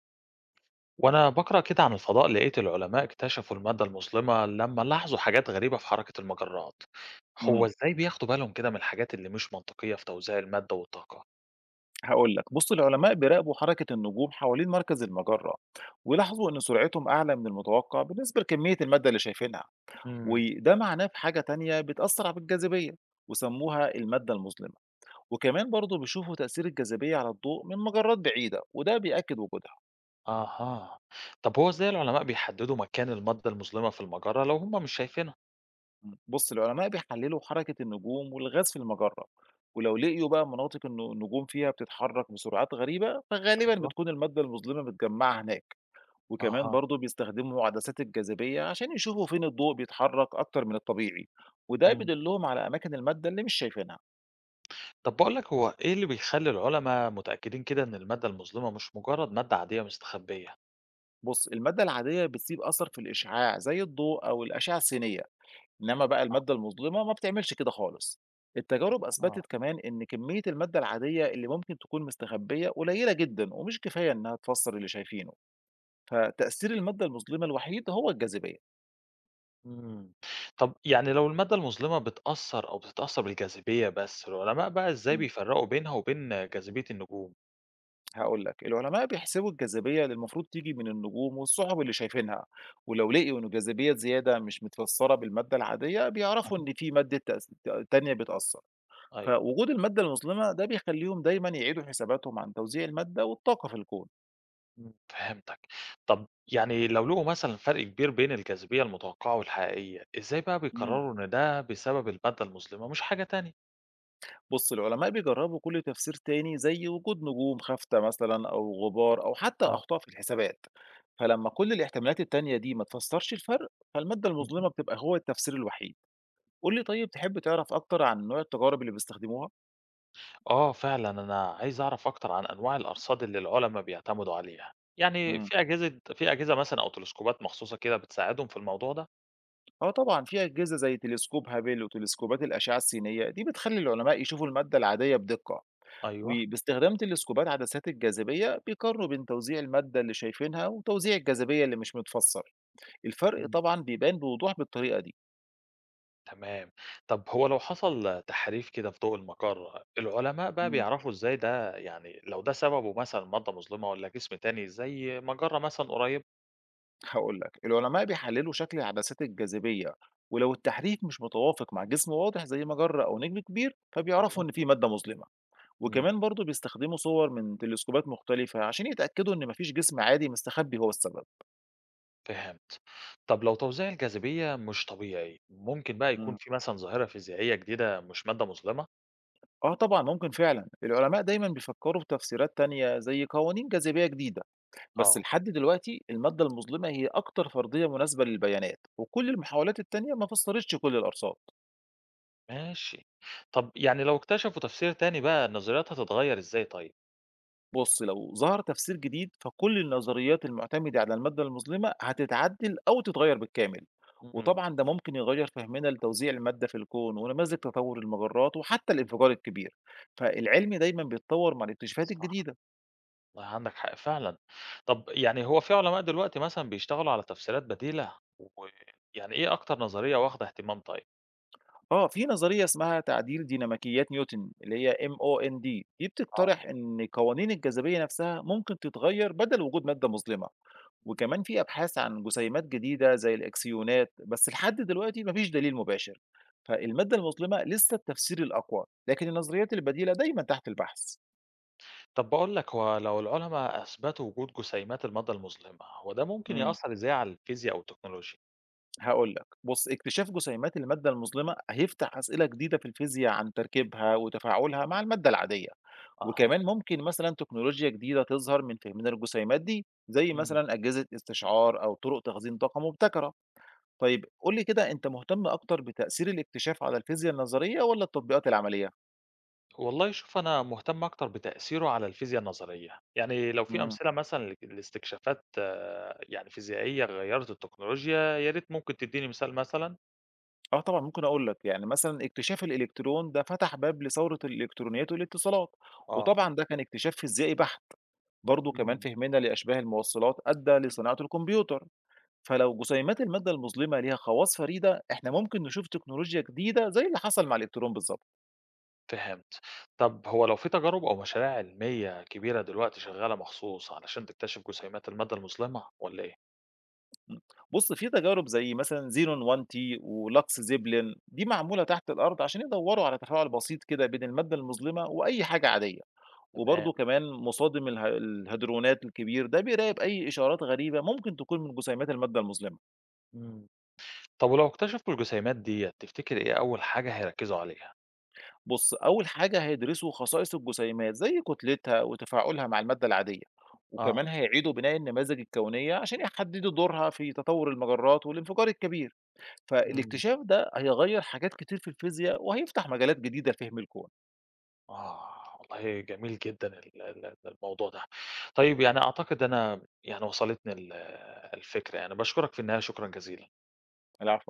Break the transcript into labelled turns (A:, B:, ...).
A: وأنا بقرأ كده عن الفضاء لقيت العلماء اكتشفوا المادة المظلمة لما لاحظوا حاجات غريبة في حركة المجرات.
B: إمم،
A: هو إزاي بياخدوا بالهم كده من الحاجات اللي مش منطقية في توزيع المادة والطاقة؟
B: هاقول لك، بُص العلماء بيراقبوا حركة النجوم حوالين مركز المجرة، ولاحظوا إن سرعتهم أعلى من المتوقع بالنسبة لكمية المادة اللي شايفينها،
A: امم.
B: وده معناه في حاجة تانية بتأثر على الجاذبية، وسموها المادة المظلمة، وكمان برضه بيشوفوا تأثير الجاذبية على الضوء من مجرات بعيدة، وده بيأكد وجودها.
A: أها. طب هو إزاي العلماء بيحددوا مكان المادة المظلمة في المجرة لو هم مش شايفينها؟
B: بُص العلماء بيحللوا حركة النجوم والغاز في المجرة، ولو لقيوا بقى مناطق النجوم فيها بتتحرك بسرعات غريبة، فغالبًا
A: ايوه.
B: بتكون المادة المظلمة متجمعة هناك. وكمان
A: أها.
B: برضه بيستخدموا عدسات الجاذبية عشان يشوفوا فين الضوء بيتحرك أكتر من الطبيعي، وده
A: امم.
B: بيدلهم على أماكن المادة اللي مش شايفينها.
A: طب بقول لك هو إيه اللي بيخلي العلماء متأكدين كده إن المادة المظلمة مش مجرد مادة عادية مستخبية؟
B: بص المادة العادية بتسيب أثر في الإشعاع زي الضوء أو الأشعة السينية، إنما بقى المادة المظلمة ما بتعملش كده خالص. التجارب أثبتت
A: آه.
B: كمان إن كمية المادة العادية اللي ممكن تكون مستخبية قليلة جدا ومش كفاية إنها تفسر اللي شايفينه، فتأثير المادة المظلمة الوحيد هو الجاذبية.
A: إمم. طب يعني لو المادة المظلمة بتأثّر أو بتتأثّر بالجاذبية بس، العلماء بقى إزاي بيفرّقوا بينها وبين جاذبية النجوم؟
B: هاقول لك، العلماء بيحسبوا الجاذبية اللي المفروض تيجي من النجوم والسحب اللي شايفينها، ولو لقيوا إن الجاذبية زيادة مش متفسرة بالمادة العادية بيعرفوا
A: أها.
B: إن في مادة تأس ت تانية بتأثر،
A: أيوه،
B: فوجود المادة المظلمة ده بيخليهم دايمًا يعيدوا حساباتهم عن توزيع المادة والطاقة في الكون.
A: إمم، فهمتك. طب يعني لو لقوا مثلًا فرق كبير بين الجاذبية المتوقعة والحقيقية، إزاي بقى
B: امم.
A: بيقرروا إن ده بسبب المادة المظلمة مش حاجة تانية؟
B: بُص العلماء بيجربوا كل تفسير تاني زي وجود نجوم خافتة مثلًا أو غبار أو حتى
A: آه،
B: أخطاء في الحسابات، فلما كل الاحتمالات التانية دي ما تفسرش الفرق، فالمادة
A: اهم.
B: المظلمة بتبقى هو التفسير الوحيد. قُل لي طيب تحب تعرف أكتر عن نوع التجارب اللي بيستخدموها؟
A: آه، فعلًا أنا عايز أعرف أكتر عن أنواع الأرصاد اللي العلما بيعتمدوا عليها، يعني
B: إمم.
A: في أجهزة مثلًا أو تلسكوبات مخصوصة كده بتساعدهم في الموضوع ده؟
B: آه طبعًا، في أجهزة زي تلسكوب هابل وتلسكوبات الأشعة السينية، دي بتخلّي العلماء يشوفوا المادة العادية بدقة،
A: أيوه.
B: وباستخدام تلسكوبات عدسات الجاذبية بيقارنوا بين توزيع المادة اللي شايفينها وتوزيع الجاذبية اللي مش متفسّر. الفرق طبعًا بيبان بوضوح بالطريقة دي.
A: تمام. طب هو لو حصل تحريف كده في ضوء المقر، العلماء بقى
B: إمم،
A: بيعرفوا إزاي ده يعني لو ده سببه مثلًا مادة مظلمة والّا جسم تاني زي مجرة مثلًا قريبة؟
B: هاقول لك، العلماء بيحلّلوا شكل عدسات الجاذبية، ولو التحريك مش متوافق مع جسم واضح زي مجرة أو نجم كبير، فبيعرفوا
A: أيوه.
B: إن في مادة مظلمة.
A: إمم،
B: وكمان برضه بيستخدموا صور من تلسكوبات مختلفة عشان يتأكدوا إن مفيش جسم عادي مستخبي هو السبب.
A: فهمت. طب لو توزيع الجاذبية مش طبيعي، ممكن بقى يكون
B: مم.
A: في مثلًا ظاهرة فيزيائية جديدة مش مادة مظلمة؟
B: آه طبعا ممكن فعلا، العلماء دايما بيفكروا في تفسيرات تانية زي قوانين جاذبية جديدة، بس
A: آه،
B: لحد دلوقتي المادة المظلمة هي أكتر فرضية مناسبة للبيانات وكل المحاولات التانية ما فسرتش كل الأرصاد.
A: ماشي. طب يعني لو اكتشفوا تفسير تاني بقى، النظريات هتتغير إزاي طيب؟
B: بُص، لو ظهر تفسير جديد فكل النظريات المعتمدة على المادة المظلمة هتتعدل أو تتغير بالكامل،
A: إمم،
B: وطبعًا ده ممكن يغير فهمنا لتوزيع المادة في الكون ونماذج تطور المجرات وحتى الانفجار الكبير، فالعلم دايمًا بيتطور مع الاكتشافات
A: صح.
B: الجديدة.
A: والله عندك حق فعلًا. طب يعني هو في علماء دلوقتي مثلًا بيشتغلوا على تفسيرات بديلة؟ ويعني إيه أكتر نظرية واخدة اهتمام طيب؟
B: آه، في نظرية اسمها تعديل ديناميكيات نيوتن اللي هي MOND، دي
A: آه.
B: بتقترح إن قوانين الجاذبية نفسها ممكن تتغير بدل وجود مادة مظلمة، وكمان في أبحاث عن جسيمات جديدة زي الإكسيونات، بس لحد دلوقتي مفيش دليل مباشر. فالمادة المظلمة لسه التفسير الأقوى، لكن النظريات البديلة دايما تحت البحث.
A: طب باقول لك، هو لو العلماء أثبتوا وجود جسيمات المادة المظلمة، هو ده ممكن
B: امم
A: يأثّر إزاي على الفيزياء أو التكنولوجيا؟
B: هاقول لك، بص اكتشاف جسيمات المادة المظلمة هيفتح أسئلة جديدة في الفيزياء عن تركيبها وتفاعلها مع المادة العادية.
A: أها.
B: وكمان ممكن مثلًا تكنولوجيا جديدة تظهر من فهمنا للجسيمات دي، زي
A: إمم.
B: مثلًا أجهزة استشعار أو طرق تخزين طاقة مبتكرة. طيب قُل لي كده أنت مهتم أكتر بتأثير الاكتشاف على الفيزيا النظرية والّا التطبيقات العملية؟
A: والله شوف أنا مهتم أكتر بتأثيره على الفيزياء النظرية، يعني لو في
B: إمم.
A: أمثلة مثلًا لاستكشافات آه، يعني فيزيائية غيّرت التكنولوجيا، يا ريت ممكن تدّيني مثال مثلًا؟
B: آه طبعًا ممكن أقول لك، يعني مثلًا اكتشاف الإلكترون ده فتح باب لثورة الإلكترونيات والاتصالات،
A: آه.
B: وطبعًا ده كان اكتشاف فيزيائي بحت. برضه كمان
A: إمم.
B: فهمنا لأشباه الموصلات أدى لصناعة الكمبيوتر. فلو جسيمات المادة المظلمة ليها خواص فريدة احنا ممكن نشوف تكنولوجيا جديدة زي اللي حصل مع الإلكترون بالظبط.
A: فهمت. طب هو لو في تجارب أو مشاريع علمية كبيرة دلوقتي شغالة مخصوص علشان تكتشف جسيمات المادة المظلمة ولا إيه؟
B: م. بص في تجارب زي مثلا زيرون 1 تي ولوكس زيبلين دي معمولة تحت الأرض عشان يدوروا على تفاعل بسيط كده بين المادة المظلمة وأي حاجة عادية.
A: تمام.
B: وبرضه كمان مصادم الهيدرونات الكبير ده بيراقب أي إشارات غريبة ممكن تكون من جسيمات المادة المظلمة.
A: مم. طب ولو اكتشفوا الجسيمات دي تفتكر إيه أول حاجة هيركزوا عليها؟
B: بُص، أول حاجة هيدرسوا خصائص الجسيمات زي كتلتها وتفاعلها مع المادة العادية،
A: آه.
B: وكمان هيعيدوا بناء النماذج الكونية عشان يحددوا دورها في تطور المجرات والانفجار الكبير،
A: مم.
B: فالاكتشاف ده هيغير حاجات كتير في الفيزياء وهيفتح مجالات جديدة لفهم الكون.
A: آه والله جميل جدا الموضوع ده. طيب يعني أعتقد أنا يعني وصلتني الفكرة يعني بشكرك في النهاية شكرا جزيلا.
B: العفو.